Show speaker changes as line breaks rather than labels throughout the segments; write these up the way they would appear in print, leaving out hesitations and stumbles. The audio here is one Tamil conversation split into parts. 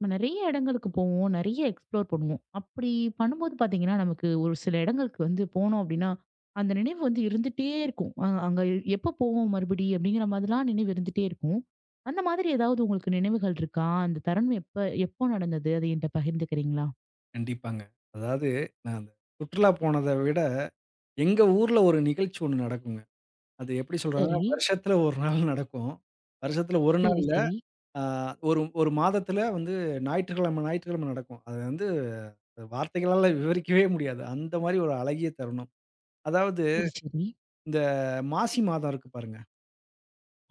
நம்ம நெறைய இடங்களுக்கு போவோம். நெறைய எக்ஸ்ப்ளோர் பண்ணுவோம். அப்படி பண்ணும்போது பார்த்தீங்கன்னா, நமக்கு ஒரு சில இடங்களுக்கு வந்து போனோம் அப்படின்னா, அந்த நினைவு வந்து இருந்துட்டே இருக்கும். அங்க எப்போ போவோம் மறுபடி அப்படிங்கிற மாதிரிலாம் நினைவு இருந்துட்டே இருக்கும். அந்த மாதிரி ஏதாவது உங்களுக்கு நினைவுகள் இருக்கா? அந்த தருணம் எப்போ நடந்தது? அத என்ட்ட பகிர்ந்துக்கிறீங்களா?
கண்டிப்பாங்க. அதாவது நான் அந்த சுற்றுலா போனத விட, எங்க ஊர்ல ஒரு நிகழ்ச்சி ஒண்ணு நடக்குங்க. அது எப்படி சொல்றதுன்னா,
சரி.
வருஷத்துல 1 நாள் நடக்கும். வருஷத்துல 1 நாள்
சரி,
இல்ல.
சரி.
அ ஒரு 1 மாதத்துல வந்து ஞாயிற்றுக்கிழமை நடக்கும். அது வந்து வார்த்தைகளால விவரிக்கவே முடியாது. அந்த மாரி ஒரு அழகிய தருணம். அதாவது
சரி, சரி.
இந்த மாசி மாதம் இருக்கு பாருங்க.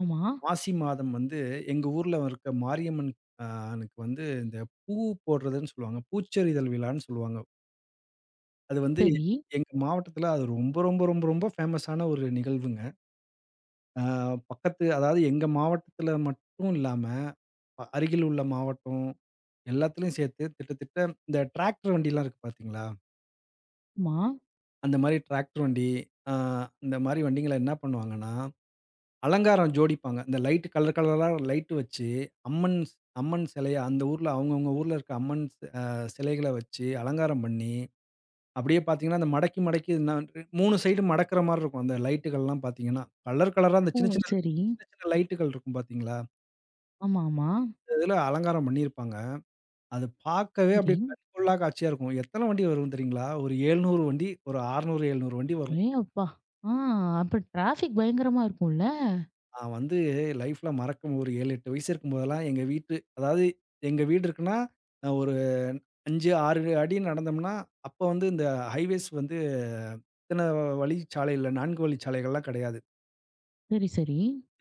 ஆமா.
மாசி மாதம் வந்து எங்க ஊர்ல இருக்க மாரியம்மன் அ னுக்கு வந்து இந்த பூ போடுறதுன்னு சொல்லுவாங்க. பூச்சொரிதல் விழான்னு சொல்லுவாங்க. அது வந்து
சரி.
எங்க மாவட்டத்துல அது ரொம்ப ரொம்ப ஃபேமஸான ஒரு நிகழ்வுங்க. ஆ பக்கத்து அதாவது எங்க மாவட்டத்துல மட்டும் இல்லாம, அருகில் உள்ள மாவட்டம் எல்லாத்துலயும் சேர்த்து கிட்டத்தட்ட இந்த டிராக்டர் வண்டிலாம் இருக்கு பார்த்தீங்களா?
ஆமா.
அந்த மாரி டிராக்டர் வண்டி, ஆ இந்த மாரி வண்டிங்கள என்ன பண்ணுவாங்கன்னா, அலங்காரம் ஜோடிப்பாங்க. இந்த லைட் கலர் கலரா லைட் வச்சு, அம்மன் அம்மன் சிலைய அந்த ஊர்ல அவங்கவங்க ஊர்ல இருக்க அம்மன் அ சிலைகள வச்சு அலங்காரம் பண்ணி அப்படியே பார்த்தீங்கன்னா, அந்த மடக்கி, மடக்கி நான் 3 சைடும் மடக்குற மாரி இருக்கும். அந்த லைட்டுகள்லாம் பார்த்தீங்கன்னா, கலர் கலரா அந்த
ஓ!
சின்ன, சின்ன
சரி.
சின்ன, சின்ன லைட்டுகள் இருக்கும் பார்த்தீங்களா?
ஆமா, ஆமா.
அதில அலங்காரம் பண்ணியிருப்பாங்க. அது பார்க்கவே
சரி.
அப்படியே கண் கொள்ளா காட்சியா இருக்கும். எத்தன வண்டி வரும் தெரியுங்களா? ஒரு 700 வண்டி, ஒரு 600, 700 வண்டி வரும்.
ஏ அப்பா! ஆ அப்ப டிராஃபிக் பயங்கரமா இருக்கும்ல?
நான் வந்து லைஃப்ல மறக்க ஒரு 7, 8 வயசு இருக்கும்போதெல்லாம் எங்க வீட்டு அதாவது எங்க வீடு இருக்குன்னா, ஒரு 5, 6 அடி நடந்தோம்னா, அப்போ வந்து இந்த ஹைவேஸ் வந்து இத்தன வழிச்சாலையில 4 வழிச்சாலைகள்லாம் கிடையாது.
சரி, சரி.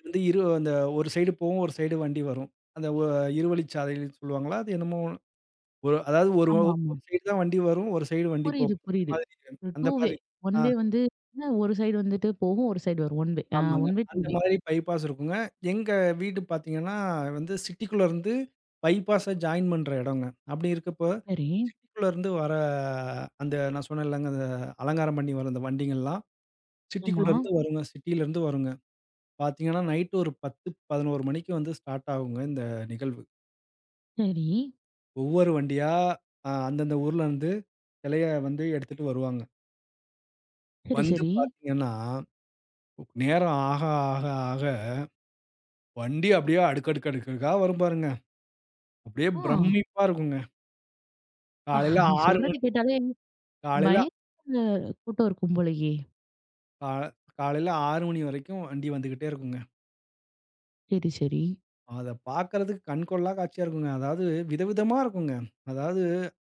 வந்து அந்த ஒரு சைடு போகும், ஒரு சைடு வண்டி வரும். அந்த ஒ இருவழிச்சாலைன்னு சொல்லுவாங்களா? அது என்னமோ ஒரு அதாவது ஒரு
ஆமாமா.
ஒரு சைடு தான் வண்டி வரும். ஒரு சைடு வண்டி
புரியுது,
போகும். அந்த
புரியுது.
மாதிரி அந்த
2 வே.
மாதிரி
1
ஆ
வே வந்து என்ன, ஒரு சைடு வந்துட்டு போகும், ஒரு சைடு வரும். 1 வே.
ஆமாங்க.
1 வே, 2
அந்த
வே.
மாதிரி பைபாஸ் இருக்குங்க. எங்க வீடு பார்த்தீங்கன்னா, வந்து சிட்டிக்குள்ள இருந்து பைபாஸ ஜாயின் பண்ற இடங்க. அப்படி இருக்கப்ப,
சரி.
சிட்டிக்குள்ள இருந்து வர அந்த நான் சொன்னேன் இல்லங்க, அந்த அலங்காரம் பண்ணி வர அந்த வண்டிங்கள்லாம்,
ஆமா.
சிட்டிக்குள்ள இருந்து வருங்க. சிட்டியில இருந்து வருங்க. பார்த்தீங்கன்னா, நைட் ஒரு 10, 11 மணிக்கு வந்து ஸ்டார்ட் ஆகுங்க இந்த நிகழ்வு.
சரி.
ஒவ்வொரு வண்டியா, அந்தந்த ஊர்லருந்து சிலைய வந்து எடுத்துட்டு வருவாங்க.
சரி,
வந்து
சரி.
பார்த்தீங்கன்னா, நேரம் ஆக, ஆக, ஆக வண்டி அப்படியே அடுக்கு அடுக்கு அடுக்கடுக்கா வரும் பாருங்க. அப்படியே
ஆ
பிரமிப்பா இருக்குங்க.
அப்பா!
காலையில
நீ
6
சொல்றது
மணி
கேட்டாலே
காலையில
பயங்கர கூட்டம் இருக்கும் போலயே!
கா காலையில 6 மணி வரைக்கும் வண்டி வந்துகிட்டே இருக்குங்க.
சரி, சரி.
அத பார்க்கறதுக்கு கண்கொள்ளா காட்சியா இருக்குங்க. அதாவது விதவிதமா இருக்குங்க. அதாவது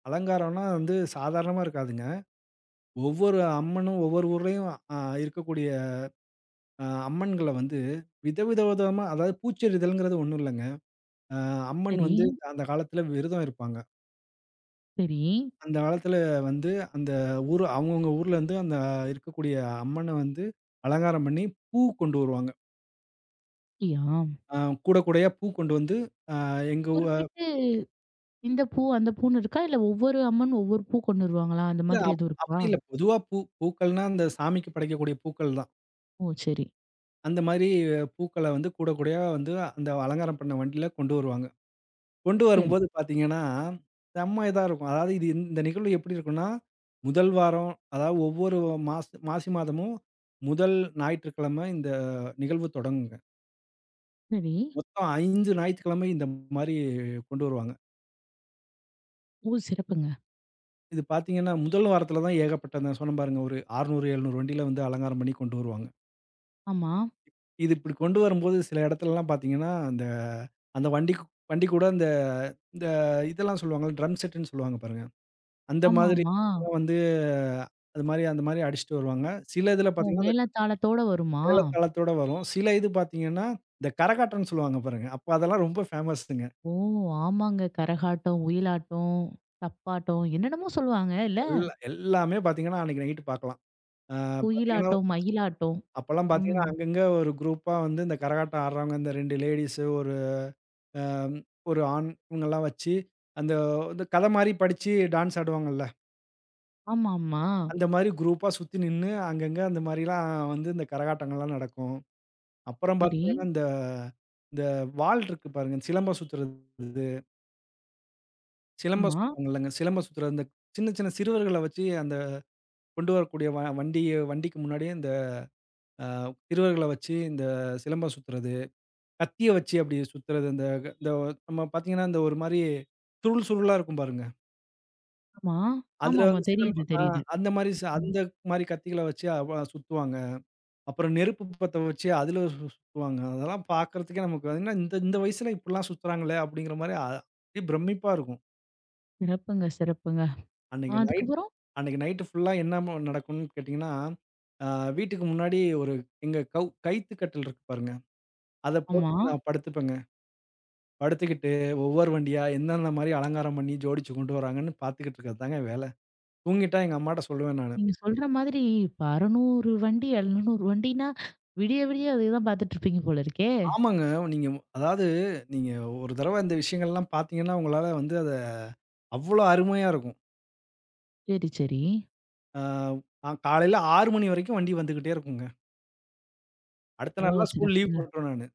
அலங்காரம்லாம் வந்து சாதாரணமா இருக்காதுங்க. ஒவ்வொரு அம்மனும் ஒவ்வொரு ஊர்லயும் அ இருக்கக்கூடிய அம்மன்கள வந்து விதவித விதமா அதாவது பூச்செரிதல்ங்கிறது ஒண்ணும் இல்லங்க. அ அம்மன்
சரி,
வந்து அந்த காலத்துல விரதம் இருப்பாங்க.
சரி.
அந்த காலத்துல வந்து அந்த ஊர் அவங்கவங்க ஊர்லருந்து அந்த இருக்கக்கூடிய அம்மன வந்து அலங்காரம் பண்ணி பூ கொண்டு வருவாங்க.
அப்படியா?
அ கூட கூடையா பூ கொண்டு வந்து அ எங்க ஊ
குறிப்பிட்டு இந்த பூ, அந்த பூன்னு இருக்கா? இல்ல ஒவ்வொரு அம்மன் ஒவ்வொரு பூ கொண்டு வருவாங்களா? அந்த
இல்ல
மாதிரி எதுவும் இருக்கா?
அப்படி இல்ல. பொதுவா பூக்கள்னா அந்த சாமிக்கு படைக்கக்கூடிய பூக்கள் தான்.
ஓ! சரி,
அந்த மாரி பூக்கள வந்து கூட கூடையா வந்து அந்த அலங்காரம் பண்ண வண்டியில கொண்டு வருவாங்க. கொண்டு
சரி,
வரும்போது பார்த்தீங்கன்னா, செம்ம இதா இருக்கும். அதாவது இது இந்த இந்த நிகழ்வு எப்படி இருக்கும்னா, முதல் வாரம் அதாவது ஒவ்வொரு மாசி மாதமும் முதல் ஞாயிற்றுக்கிழமை இந்த நிகழ்வு தொடங்குங்க.
சரி.
மொத்தம் 5 ஞாயிற்றுக்கிழமை இந்த மாரி கொண்டு வருவாங்க.
ஓ! சிறப்புங்க.
இது பார்த்தீங்கன்னா, முதல் வாரத்தில தான் ஏகப்பட்ட நான் சொன்னேன் பாருங்க, ஒரு 600, 700 வண்டியில வந்து அலங்காரம் பண்ணி கொண்டு வருவாங்க.
ஆமா.
இது இப்படி கொண்டு வரும்போது சில இடத்துலலாம் பார்த்தீங்கன்னா, அந்த அந்த வண்டிக்கு வண்டி கூட இந்த இந்த இதெல்லாம் சொல்லுவாங்கல்ல, ட்ரம் செட்டுன்னு சொல்லுவாங்க பாருங்க. அந்த மாதிரி
ஆமாமா.
அது மாரி அந்த மாரி அடிச்சுட்டு வருவாங்க. சில இதுல
ஓ!
பார்த்தீங்கன்னா, இந்த
மேளதாளத்தோட வருமா?
கேளத்தாளத்தோட வரும். சில இது பார்த்தீங்கன்னா, இந்த கரகாட்டம்ன்னு சொல்லுவாங்க பாருங்க. அப்ப அதெல்லாம் ரொம்ப ஃபேமஸுங்க.
ஓ! ஆமாங்க. கரகாட்டம், ஒயிலாட்டம், தப்பாட்டம் என்னென்னமோ சொல்லுவாங்க இல்ல?
எல்லாமே பார்த்தீங்கன்னா, அன்னைக்கு நைட்டு பார்க்கலாம். ஆ பார்த்தீங்கன்னா,
ஒயிலாட்டம், மயிலாட்டம்.
அப்பலாம்
ம்.
பார்த்தீங்கன்னா, அங்கங்க ஒரு குரூப்பா வந்து இந்த கரகாட்டம் ஆடுறவங்க, இந்த 2 லேடீஸு, அ ஒரு ஆண் இவங்கலாம் வச்சு, அந்த இந்த கத மாரி படிச்சு டான்ஸ் ஆடுவாங்கல்ல.
ஆமாமா.
அந்த மாரி குரூப்பா சுத்தி நின்னு, அங்கங்க அந்த மாரிலாம் வந்து இந்த கரகாட்டங்கள்லாம் நடக்கும். அப்புறம்
சரி.
பார்த்தீங்கன்னா, இந்த இந்த வாள் இருக்கு பாருங்க. சிலம்பம் சுத்துறது. சிலம்பம்
ஆமா,
சுத்துவாங்கல்லங்க. சிலம்பம் சுத்துற அந்த சின்ன சின்ன சிறுவர்கள வச்சு அந்த கொண்டு வரக்கூடிய வ வண்டிய வண்டிக்கு முன்னாடியே இந்த அ சிறுவர்கள வச்சு இந்த சிலம்பம் சுத்துறது, கத்திய வச்சு அப்படி சுத்துறது. இந்த இந்த நம்ம பார்த்தீங்கன்னா, இந்த ஒரு மாரி சுருள் சுருளா இருக்கும் பாருங்க.
ஆமா.
அதுல
ஆமாமா.
வந்து
தெரியுது,
சிலம்பம்
தெரியுது.
அந்த மாரி ச
ம்.
அந்த மாரி கத்திகள வச்சு அவ சுத்துவாங்க. அப்புறம் நெருப்பு பத்த வச்சு அதுல சுத்துவாங்க. அதெல்லாம் பார்க்கறதுக்கே நமக்கு என்ன இந்த இந்த வயசுல இப்படிலாம் சுத்துறாங்களே அப்படிங்கிற மாரி அப்படியே பிரமிப்பா இருக்கும்.
சிறப்புங்க, சிறப்புங்க.
அன்னைக்கு நைட்
அதுக்கப்புறம்?
அன்னைக்கு நைட்டு ஃபுல்லா என்ன நடக்கும்னு கேட்டீங்கன்னா, அ வீட்டுக்கு முன்னாடி ஒரு எங்க கவு கயித்து கட்டில் இருக்கு பாருங்க. அத
ஆமா.
போட்டு நான் படுத்துப்பேங்க. படுத்துக்கிட்டு ஒவ்வொரு வண்டியா எந்தெந்த மாரி அலங்காரம் பண்ணி ஜோடிச்சு கொண்டு வராங்கன்னு பார்த்துக்கிட்டு இருக்கிறது தாங்க வேல. தூங்கிட்டா எங்க அம்மாட்ட சொல்லுவேன் நானு.
நீங்க சொல்ற மாதிரி இப்ப 600 வண்டி, 700 வண்டின்னா, விடிய விடிய அதேதான் பார்த்துட்டு இருப்பீங்க போல இருக்கே!
ஆமாங்க. நீங்க அதாவது நீங்க ஒரு தடவ இந்த விஷயங்கள்லாம் பார்த்தீங்கன்னா, உங்களால வந்து அத அவ்ளோ அருமையா இருக்கும்.
சரி, சரி.
காலையில 6 மணி வரைக்கும் வண்டி வந்துகிட்டே இருக்குங்க. அடுத்த
ஓ!
நாள்லாம் ஸ்கூல் லீவ்
சிறப்புங்க.
போட்டுருவேன் நானு.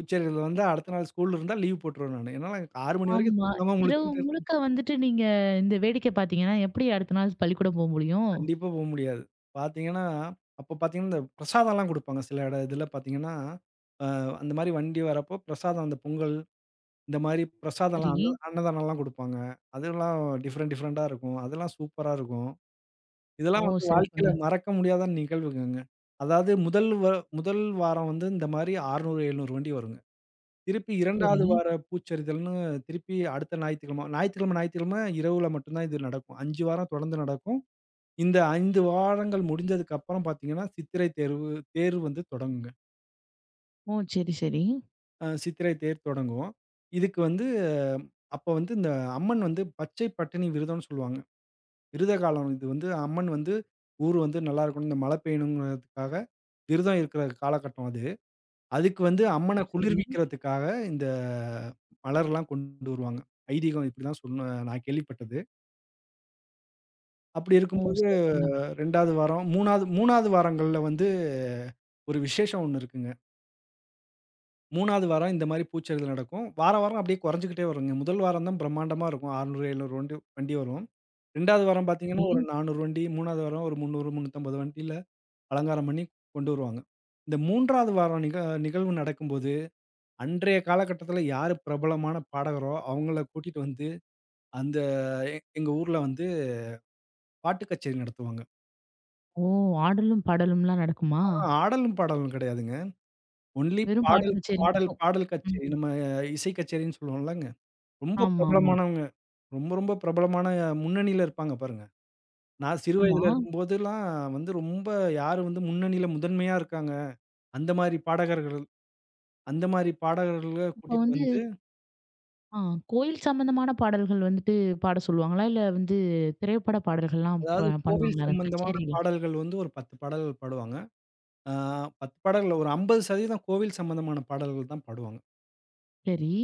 உச்சரிகள் வந்து அடுத்த நாள் ஸ்கூல் இருந்தா லீவ் போட்டுருவேன் நானு. ஏன்னா, 6 மணி வரைக்கும்
ஆமா.
தூங்காம
இரவு
முழிச்சுக்கிட்டு
முழுக்க வந்துட்டு நீங்க இந்த வேடிக்கை பார்த்தீங்கன்னா, எப்படி அடுத்த நாள் பள்ளிக்கூடம் போ முடியும்?
கண்டிப்பா போ முடியாது. பாத்தீங்கன்னா, அப்ப பாத்தீங்கன்னா, இந்த பிரசாதம்லாம் குடுப்பாங்க. சில இதுல பாத்தீங்கன்னா, அ அந்த மாரி வண்டி வரப்போ பிரசாதம் அந்த பொங்கல், இந்த மாரி பிரசாதம்லாம்
சரி.
அன்னதானம்லாம் குடுப்பாங்க. அதெல்லாம் டிஃபரெண்ட் டிஃபரெண்ட்டா இருக்கும். அதெல்லாம் சூப்பரா இருக்கும்.
ஓ!
இதெல்லாம் வந்து வாழ்க்கையில
சிறப்புங்க.
மறக்க முடியாத நிகழ்வுகங்க. அதாவது முதல் வாரம் வந்து இந்த மாரி 600, 700 வண்டி வருங்க. திருப்பி
சரி.
2வது வார பூச்சரிதல்ன்னு திருப்பி அடுத்த ஞாயித்துக்கிழமை ஞாயித்துக்கிழமை ஞாயித்துக்கிழமை இரவுல மட்டும் தான் இது நடக்கும். 5 வாரம் தொடர்ந்து நடக்கும். இந்த 5 வாரங்கள் முடிஞ்சதுக்கு அப்புறம் பார்த்தீங்கன்னா, சித்திரை தேர்வு தேர் வந்து தொடங்குங்க.
ஓ! சரி, சரி.
சித்திரை தேர் தொடங்கும். இதுக்கு வந்து அப்ப வந்து இந்த அம்மன் வந்து பச்சை பட்டினி விரதம்னு சொல்லுவாங்க. விரத காலம் இது வந்து அம்மன் வந்து ஊர் வந்து நல்லா இருக்கணும், இந்த மழை பெய்யணுங்கிறதுக்காக விரதம் இருக்கிற காலகட்டம் அது. அதுக்கு வந்து அம்மன
சரி.
குளிர்விக்கிறதுக்காக இந்த மலர்லாம் கொண்டு வருவாங்க. ஐதீகம் இப்படிதான் சொன்ன நான் கேள்விப்பட்டது. அப்படி
ஓ!
இருக்கும்போது
சிறப்புங்க.
2வது வாரம் 3வது வாரங்கள்ல வந்து ஒரு விசேஷம் ஒண்ணு இருக்குங்க. 3வது வாரம் இந்த மாரி பூச்செரிதல் நடக்கும். வாரம், வாரம் அப்படியே குறைஞ்சுக்கிட்டே வருங்க. முதல் வாரம் தான் பிரம்மாண்டமா இருக்கும். 600, 700 வண்டி வண்டி வரும். 2வது வாரம் பார்த்தீங்கன்னா,
சரி.
ஒரு 400 வண்டி, 3வது வாரம் ஒரு 300, 350 வண்டியில அலங்காரம் பண்ணி கொண்டு வருவாங்க. இந்த 3வது வாரம் நிகழ்வு நடக்கும்போது அன்றைய காலகட்டத்தில யாரு பிரபலமான பாடகரோ, அவங்கள கூட்டிட்டு வந்து, அந்த எ எங்க ஊர்ல வந்து பாட்டு கச்சேரி நடத்துவாங்க.
ஓ! ஆடலும், பாடலும்லாம் நடக்குமா?
ஆனா ஆடலும், பாடலும் கிடையாதுங்க. ஒன்லி
வெறும் பாட்டு
பாடல்,
கச்சேரி
பாடல்,
மட்டும்.
பாடல் கச்சேரி.
ம்.
நம்ம இசை கச்சேரின்னு சொல்லுவோம்லங்க. ரொம்ப
ஆமா, ஆமா.
பிரபலமானவங்க. ரொம்ப ரொம்ப பிரபலமான முன்னணியில இருப்பாங்க பாருங்க. நான் சிறு
ஆமா.
வயதில இருக்கும்போதெல்லாம் வந்து ரொம்ப யாரு வந்து முன்னணியில முதன்மையா இருக்காங்க, அந்த மாரி பாடகர்கள் அந்த மாரி பாடகர்கள
இப்ப
கூட்டிட்டு
வந்து
வந்து,
ஆ கோயில் சம்பந்தமான பாடல்கள் வந்துட்டு பாட சொல்லுவாங்களா? இல்ல வந்து திரைப்பட பாடல்கள்லாம்
அதாவது கோவில்
பண்ணுவாங்களா அந்த
சம்பந்தமான
கச்சேரியில?
பாடல்கள் வந்து ஒரு 10 பாடல்கள் பாடுவாங்க. ஆ 10 பாடல்கள்ல ஒரு 50% கோவில் சம்மந்தமான பாடல்கள் தான் பாடுவாங்க.
சரி.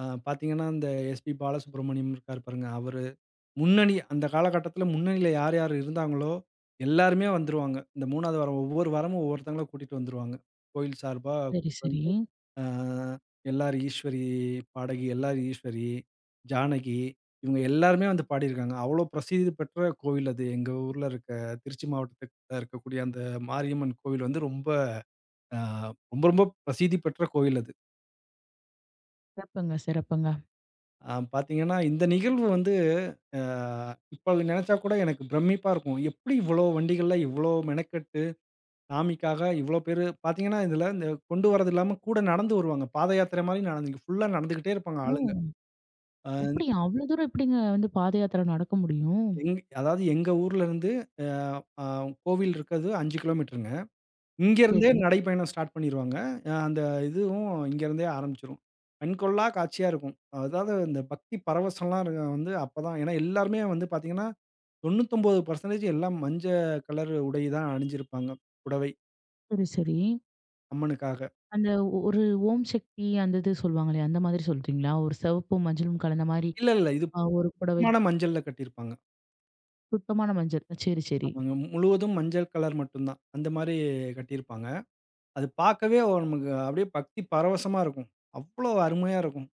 பார்த்தீங்கன்னா, இந்த எஸ்பி பாலசுப்ரமணியம் இருக்காரு பாருங்க. அவரு அந்த காலகட்டத்தில முன்னணியில யார் யார் இருந்தாங்களோ, எல்லாருமே வந்துருவாங்க. இந்த 3வது வாரம் ஒவ்வொரு வாரமும் ஒவ்வொருத்தங்கள கூட்டிட்டு வந்துருவாங்க. கோயில் சார்பா
சரி, சரி.
வந்து ஆ எல்ஆர் ஈஸ்வரி பாடகி எல்ஆர் ஈஸ்வரி, ஜானகி இவங்க எல்லாருமே வந்து பாடியிருக்காங்க. அவ்வளோ பிரசித்தி பெற்ற கோவில் அது. எங்க ஊர்ல இருக்க திருச்சி மாவட்டத்துல இருக்கக்கூடிய அந்த மாரியம்மன் கோவில் வந்து ரொம்ப ஆ ரொம்ப ரொம்ப பிரசித்தி பெற்ற கோயில் அது.
சிறப்புங்க, சிறப்புங்க.
பார்த்தீங்கன்னா, இந்த நிகழ்வு வந்து அ இப்ப நெனச்சா கூட எனக்கு பிரமிப்பா இருக்கும். எப்படி இவ்வளோ வண்டிகள்ல இவ்வளோ மெனக்கெட்டு சாமிக்காக இவ்வளோ பேரு பார்த்தீங்கன்னா, இதுல இந்த கொண்டு வரது இல்லாம கூட நடந்து வருவாங்க. பாத யாத்திரை மாரி நடந்து ஃபுல்லா நடந்துகிட்டே இருப்பாங்க
ஓ!
ஆளுங்க. அ
அப்படியா? அவ்வளோ தூரம் எப்படிங்க வந்து பாதயாத்திரை நடக்க முடியும்?
எங் அதாவது எங்க ஊர்ல இருந்து அ அ கோவில் இருக்கது 5 கிலோமீட்டருங்க. இங்கருந்தே
சரி.
நடைப்பயணம் ஸ்டார்ட் பண்ணிருவாங்க. அ அந்த இதுவும் இங்கருந்தே ஆரம்பிச்சுரும். கண்கொள்ளா காட்சியா இருக்கும். அதாவது இந்த பக்தி பரவசம்லாம் இருக்க வந்து அப்பதான் ஏன்னா எல்லாருமே வந்து பார்த்தீங்கன்னா, 99% எல்லாம் கலர் உடை தான் அணிஞ்சிருப்பாங்க. புடவை
சரி, சரி.
அம்மனுக்காக.
அந்த ஒரு ஓம் சக்தி அந்த இது சொல்லுவாங்களே, அந்த மாதிரி சொல்றீங்களா? ஒரு சிவப்பும், மஞ்சளும் கலந்த மாரி
இல்ல, இல்ல. இது
ஒரு புடவை.
சுத்தமான மஞ்சள்ல கட்டியிருப்பாங்க.
சுத்தமான மஞ்சள். அ, சரி, சரி.
அவங்க முழுவதும் மஞ்சள் கலர் மட்டும் தான். அந்த மாரி கட்டியிருப்பாங்க. அது பார்க்கவே ஒரு நமக்கு அப்படியே பக்தி பரவசமா இருக்கும். அவ்வளோ அருமையா இருக்கும்.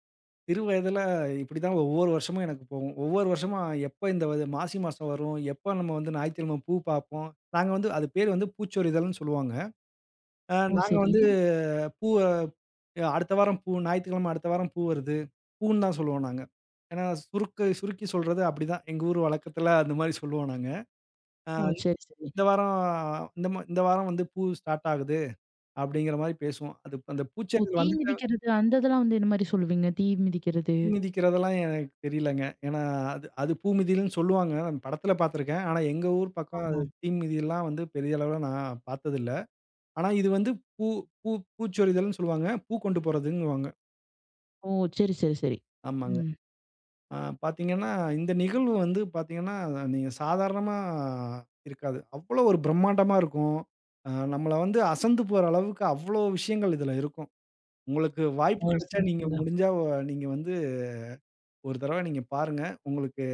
சிறு வயதில இப்படிதான் ஒவ்வொரு வருஷமும் எனக்கு போகும். ஒவ்வொரு வருஷமும் எப்ப இந்த வது மாசி மாசம் வரும், எப்ப நம்ம வந்து ஞாயிற்றுக்கிழமை பூ பார்ப்போம். நாங்க வந்து அது பேரு வந்து பூச்சொரிதல்ன்னு சொல்லுவாங்க.
ஓ!
நாங்க
சரி.
வந்து பூவ அடுத்த வாரம் பூ ஞாயிற்றுக்கிழமை அடுத்த வாரம் பூ வருது. பூன்னு தான் சொல்லுவோம் நாங்க. ஏன்னா சுருக்கு சுருக்கி சொல்றது அப்படிதான். எங்க ஊர் வழக்கத்துல அந்த மாரி சொல்லுவோம் நாங்க. அ
ஓ! சரி, சரி.
இந்த வாரம் இந்த வாரம் வந்து பூ ஸ்டார்ட் ஆகுது அப்படிங்கிற மாரி பேசுவோம். அது அந்த
ஓ!
பூச்சொரிதல்
தீ
வந்து
மிதிக்கிறது அந்த இதெல்லாம் வந்து என்ன மாரி சொல்லுவீங்க? தீ மிதிக்கிறது.
மீன் மிதிக்கிறதெல்லாம் எனக்கு தெரியலங்க. ஏன்னா, அது அது பூ மிதின்னு சொல்லுவாங்க. நான் படத்துல பார்த்துருக்கேன். ஆனா, எங்க ஊர் பக்கம்
ஆமா.
அது தீ மிதியெல்லாம் வந்து பெரிய அளவுல நான் பார்த்ததில்ல. ஆனா, இது வந்து பூ பூ பூச்சொரிதல்ன்னு சொல்லுவாங்க. பூ கொண்டு போறதுங்குவாங்க.
ஓ! சரி, சரி, சரி.
ஆமாங்க.
ம்.
அ பார்த்தீங்கன்னா, இந்த நிகழ்வு வந்து பார்த்தீங்கன்னா, நீங்க சாதாரணமா இருக்காது. அவ்வளோ ஒரு பிரம்மாண்டமா இருக்கும். நம்மள வந்து அசந்து போற அளவுக்கு அவ்வளோ விஷயங்கள் இதுல இருக்கும். உங்களுக்கு வாய்ப்பு
ஓ!
கிடைச்சா, நீங்க
சிறப்புங்க.
முடிஞ்சா, நீங்க வந்து ஒரு தடவ நீங்க பாருங்க. உங்களுக்கு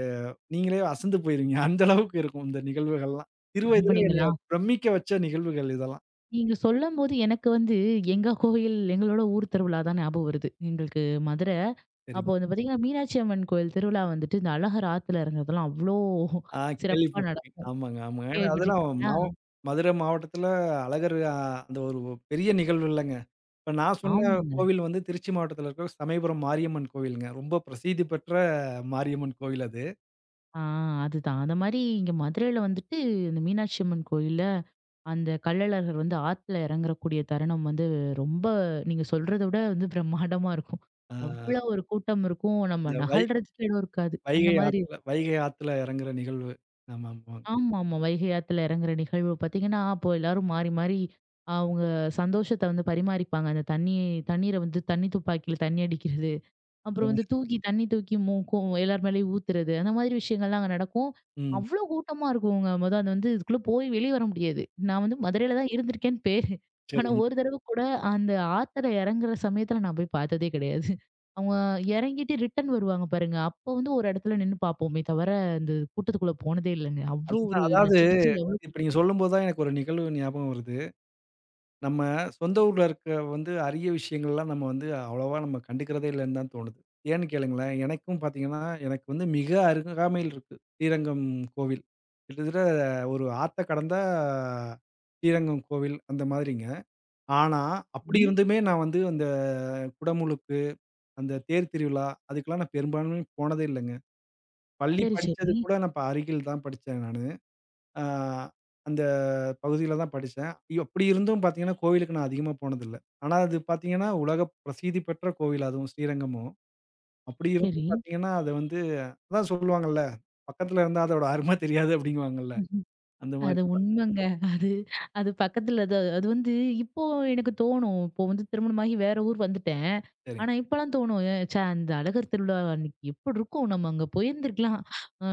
நீங்களே அசந்து போயிருவீங்க. அந்த அளவுக்கு இருக்கும் இந்த நிகழ்வுகள்லாம். சிறு வயதில என்னைய
அப்படிங்களா?
பிரமிக்க வச்ச நிகழ்வுகள் இதெல்லாம்.
நீங்க சொல்லம்போது எனக்கு வந்து எங்க கோயில், எங்களோட ஊர் திருவிழா தான் ஞாபகம் வருது. எங்களுக்கு மதுர. அப்போ
சரிங்க.
வந்து பார்த்தீங்கன்னா, மீனாட்சி அம்மன் கோயில் திருவிழா வந்துட்டு, இந்த அழகர் ஆத்துல இறங்குறதெல்லாம் அவ்ளோ
ஆ
சிறப்பா
கேள்விப்பட்டுருக்கேன்.
நடக்கும்.
ஆமாங்க, ஆமாங்க. ஏன்னா அதெல்லாம்
கேள்விப்பட்டுருக்கீங்களா?
மதுரை மாவட்டத்தில அழகர் அ அந்த ஒரு பெரிய நிகழ்வு இல்லங்க. இப்ப நான் சொன்ன
ஆமாங்க.
கோவில் வந்து திருச்சி மாவட்டத்தில இருக்கிற சமயபுரம் மாரியம்மன் கோவிலுங்க. ரொம்ப பிரசித்தி பெற்ற மாரியம்மன் கோவில் அது.
ஆ அதுதான். அந்த மாரி இங்க மதுரையில வந்துட்டு இந்த மீனாட்சி அம்மன் கோயில்ல, அந்த கள்ளழகர் வந்து ஆத்துல இறங்கக்கூடிய தருணம் வந்து ரொம்ப நீங்க சொல்றத விட வந்து பிரம்மாண்டமா இருக்கும்.
ஆ
அவ்ளோ ஒரு கூட்டம் இருக்கும். நம்ம
இந்த வை
நகல்றதுக்கு இடம் இருக்காது. அந்த
வைகை
மாதிரி
ஆத்துல வைகை ஆத்துல இறங்குற நிகழ்வு. ஆமாமா.
ஆமாமா. வைகை ஆத்துல இறங்குற நிகழ்வு பார்த்தீங்கன்னா, அப்போ எல்லாரும் மாறி மாறி அவங்க சந்தோஷத்த வந்து பரிமாறிப்பாங்க. அந்த தண்ணி தண்ணீர வந்து தண்ணி துப்பாக்கியில தண்ணி அடிக்கிறது. அப்புறம் வந்து தூக்கி தண்ணி தூக்கி மூக்கும் எல்லார் மேலயும் ஊத்துறது அந்த மாதிரி விஷயங்கள்லாம் அங்க நடக்கும்.
ம்.
அவ்ளோ கூட்டமா இருக்குங்க. அது வந்து இதுக்குள்ள போய் வெளிய வர முடியாது. நான் வந்து மதுரையில தான் இருந்திருக்கேன்னு பேரு. ஆனா
சரிங்க.
ஒரு தடவ கூட அந்த ஆத்துல இறங்குற சமயத்துல நான் போய் பார்த்ததே கிடையாது. அவங்க இறங்கிட்டு ரிட்டர்ன் வருவாங்க பாருங்க. அப்ப வந்து ஒரு இடத்துல நின்னு பார்ப்போமே தவிர, அந்த கூட்டத்துக்குள்ள போனதே இல்லங்க. அவ்ளோ ஒரு
அதுதான் அதாவது
நச்சு பிச்சுன்னு எவ்வளோ
இப்ப நீங்க சொல்லும்போது தான் எனக்கு ஒரு நிகழ்வு ஞாபகம் வருது. நம்ம சொந்த ஊர்ல இருக்க வந்து அரிய விஷயங்கள்லாம் நம்ம வந்து அவ்வளவா நம்ம கண்டுக்கிறதே இல்லைன்னு தான் தோணுது. ஏன்னு கேளுங்களேன், எனக்கும் பார்த்தீங்கன்னா, எனக்கு வந்து மிக அருகாமையில் இருக்கு. ஸ்ரீரங்கம் கோவில். கிட்டத்தட்ட ஒரு ஆத்த கடந்தா ஸ்ரீரங்கம் கோவில் அந்த மாதிரிங்க. ஆனா, அப்படி இருந்துமே நான் வந்து அந்த குடமுழுக்கு, அந்த தேர் திருவிழா அதுக்கெல்லாம் நான் பெரும்பான்மை போனதே இல்லங்க. பள்ளி
சரி,
படிச்சது
சரி,
கூட நான் இப்ப அருகில் தான் படிச்சேன் நானு. ஆ அந்த பகுதியில தான் படிச்சேன். அப்படி இருந்தும் பார்த்தீங்கன்னா, கோவிலுக்கு நான் அதிகமா போனதில்ல. ஆனா அது பார்த்தீங்கன்னா, உலக பிரசித்தி பெற்ற கோவில் அதுவும் ஸ்ரீரங்கமும். அப்படி
சரி.
இருந்தும் பார்த்தீங்கன்னா, அது வந்து அதான் சொல்லுவாங்கல்ல, "பக்கத்துல இருந்தா அதோட அருமை தெரியாது" அப்படிங்குவாங்கல்ல. அந்த
அது
மாதிரி தான்.
உண்மைங்க. அது அது பக்கத்துல அது அது வந்து இப்போ எனக்கு தோணும். இப்போ வந்து திருமணமாகி வேற ஊர் வந்துட்டேன்.
சரிங்க.
ஆனா இப்பலாம் தோணும். "ஏ ச்சே! அந்த அழகர் திருவிழா அன்னைக்கு எப்புட்ருக்கும்? நம்ம அங்க போயிருந்துருக்கலாம்.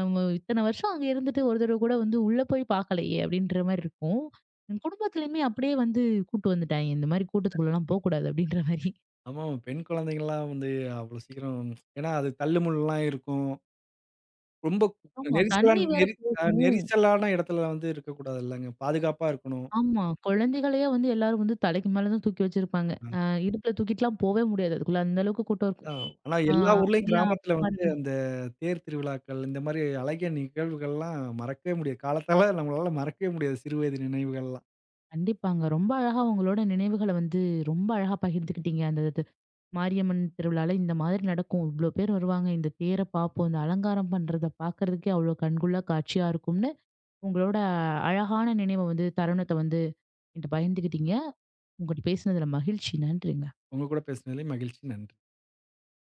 நம்ம இத்தன வருஷம் அங்க இருந்துட்டு ஒரு தடவ கூட வந்து உள்ள போய் பார்க்கலையே!" அப்படின்ற மாரி இருக்கும். என் குடும்பத்துலயுமே அப்படியே வந்து கூட்டு வந்துட்டாய்ங்க. "இந்த மாரி கூட்டத்துக்குள்ளலாம் போக்கூடாது." அப்படின்ற மாரி.
ஆமா, பெண் குழந்தைங்கலாம் வந்து அவ்வளோ சீக்கிரம் ஏன்னா அது தள்ளுமுள்ளுலாம் இருக்கும். ரொம்ப
ஆமா.
நெரிசலா
தண்ணி வேற
நெரி
போகும்.
நெரிசலான இடத்துல வந்து இருக்கக்கூடாதுல்லங்க. பாதுகாப்பா இருக்கணும்.
ஆமா. குழந்தைகளையே வந்து எல்லாரும் வந்து தலைக்கு மேல தான் தூக்கி வச்சிருப்பாங்க. அ இடுப்புல தூக்கிட்டுலாம் போவே முடியாது. அதுக்குள்ள அந்த அளவுக்கு கூட்டம்
ஆ.
இருக்கும்.
ஆனா
ஆ
எல்லா ஊர்லயும்
எல்லா
கிராமத்துல வந்து
அப்பாமார்கள்
அந்த தேர் திருவிழாக்கள், இந்த மாரி அழகிய நிகழ்வுகள்லாம் மறக்கவே முடியாது. காலத்தால நம்மளால மறக்கவே முடியாது சிறு வயது நினைவுகள்லாம்.
கண்டிப்பாங்க. ரொம்ப அழகா உங்களோட நினைவுகள வந்து ரொம்ப அழகா பகிர்ந்துக்கிட்டீங்க. அந்த இது மாரியம்மன் திருவிழால இந்த மாதிரி நடக்கும். இவ்ளோ பேர் வருவாங்க. இந்த தேர பார்ப்போம். இந்த அலங்காரம் பண்றத பார்க்கறதுக்கே அவ்ளோ கண்கொள்ளா காட்சியா இருக்கும்னு, உங்களோட அழகான நினைவ வந்து தருணத்த வந்து என்ட்ட பகிர்ந்துக்கிட்டீங்க. உங்கட்ட பேசினதுல மகிழ்ச்சி. நன்றிங்க.
உங்க கூட பேசுனதுல மகிழ்ச்சி. நன்றி.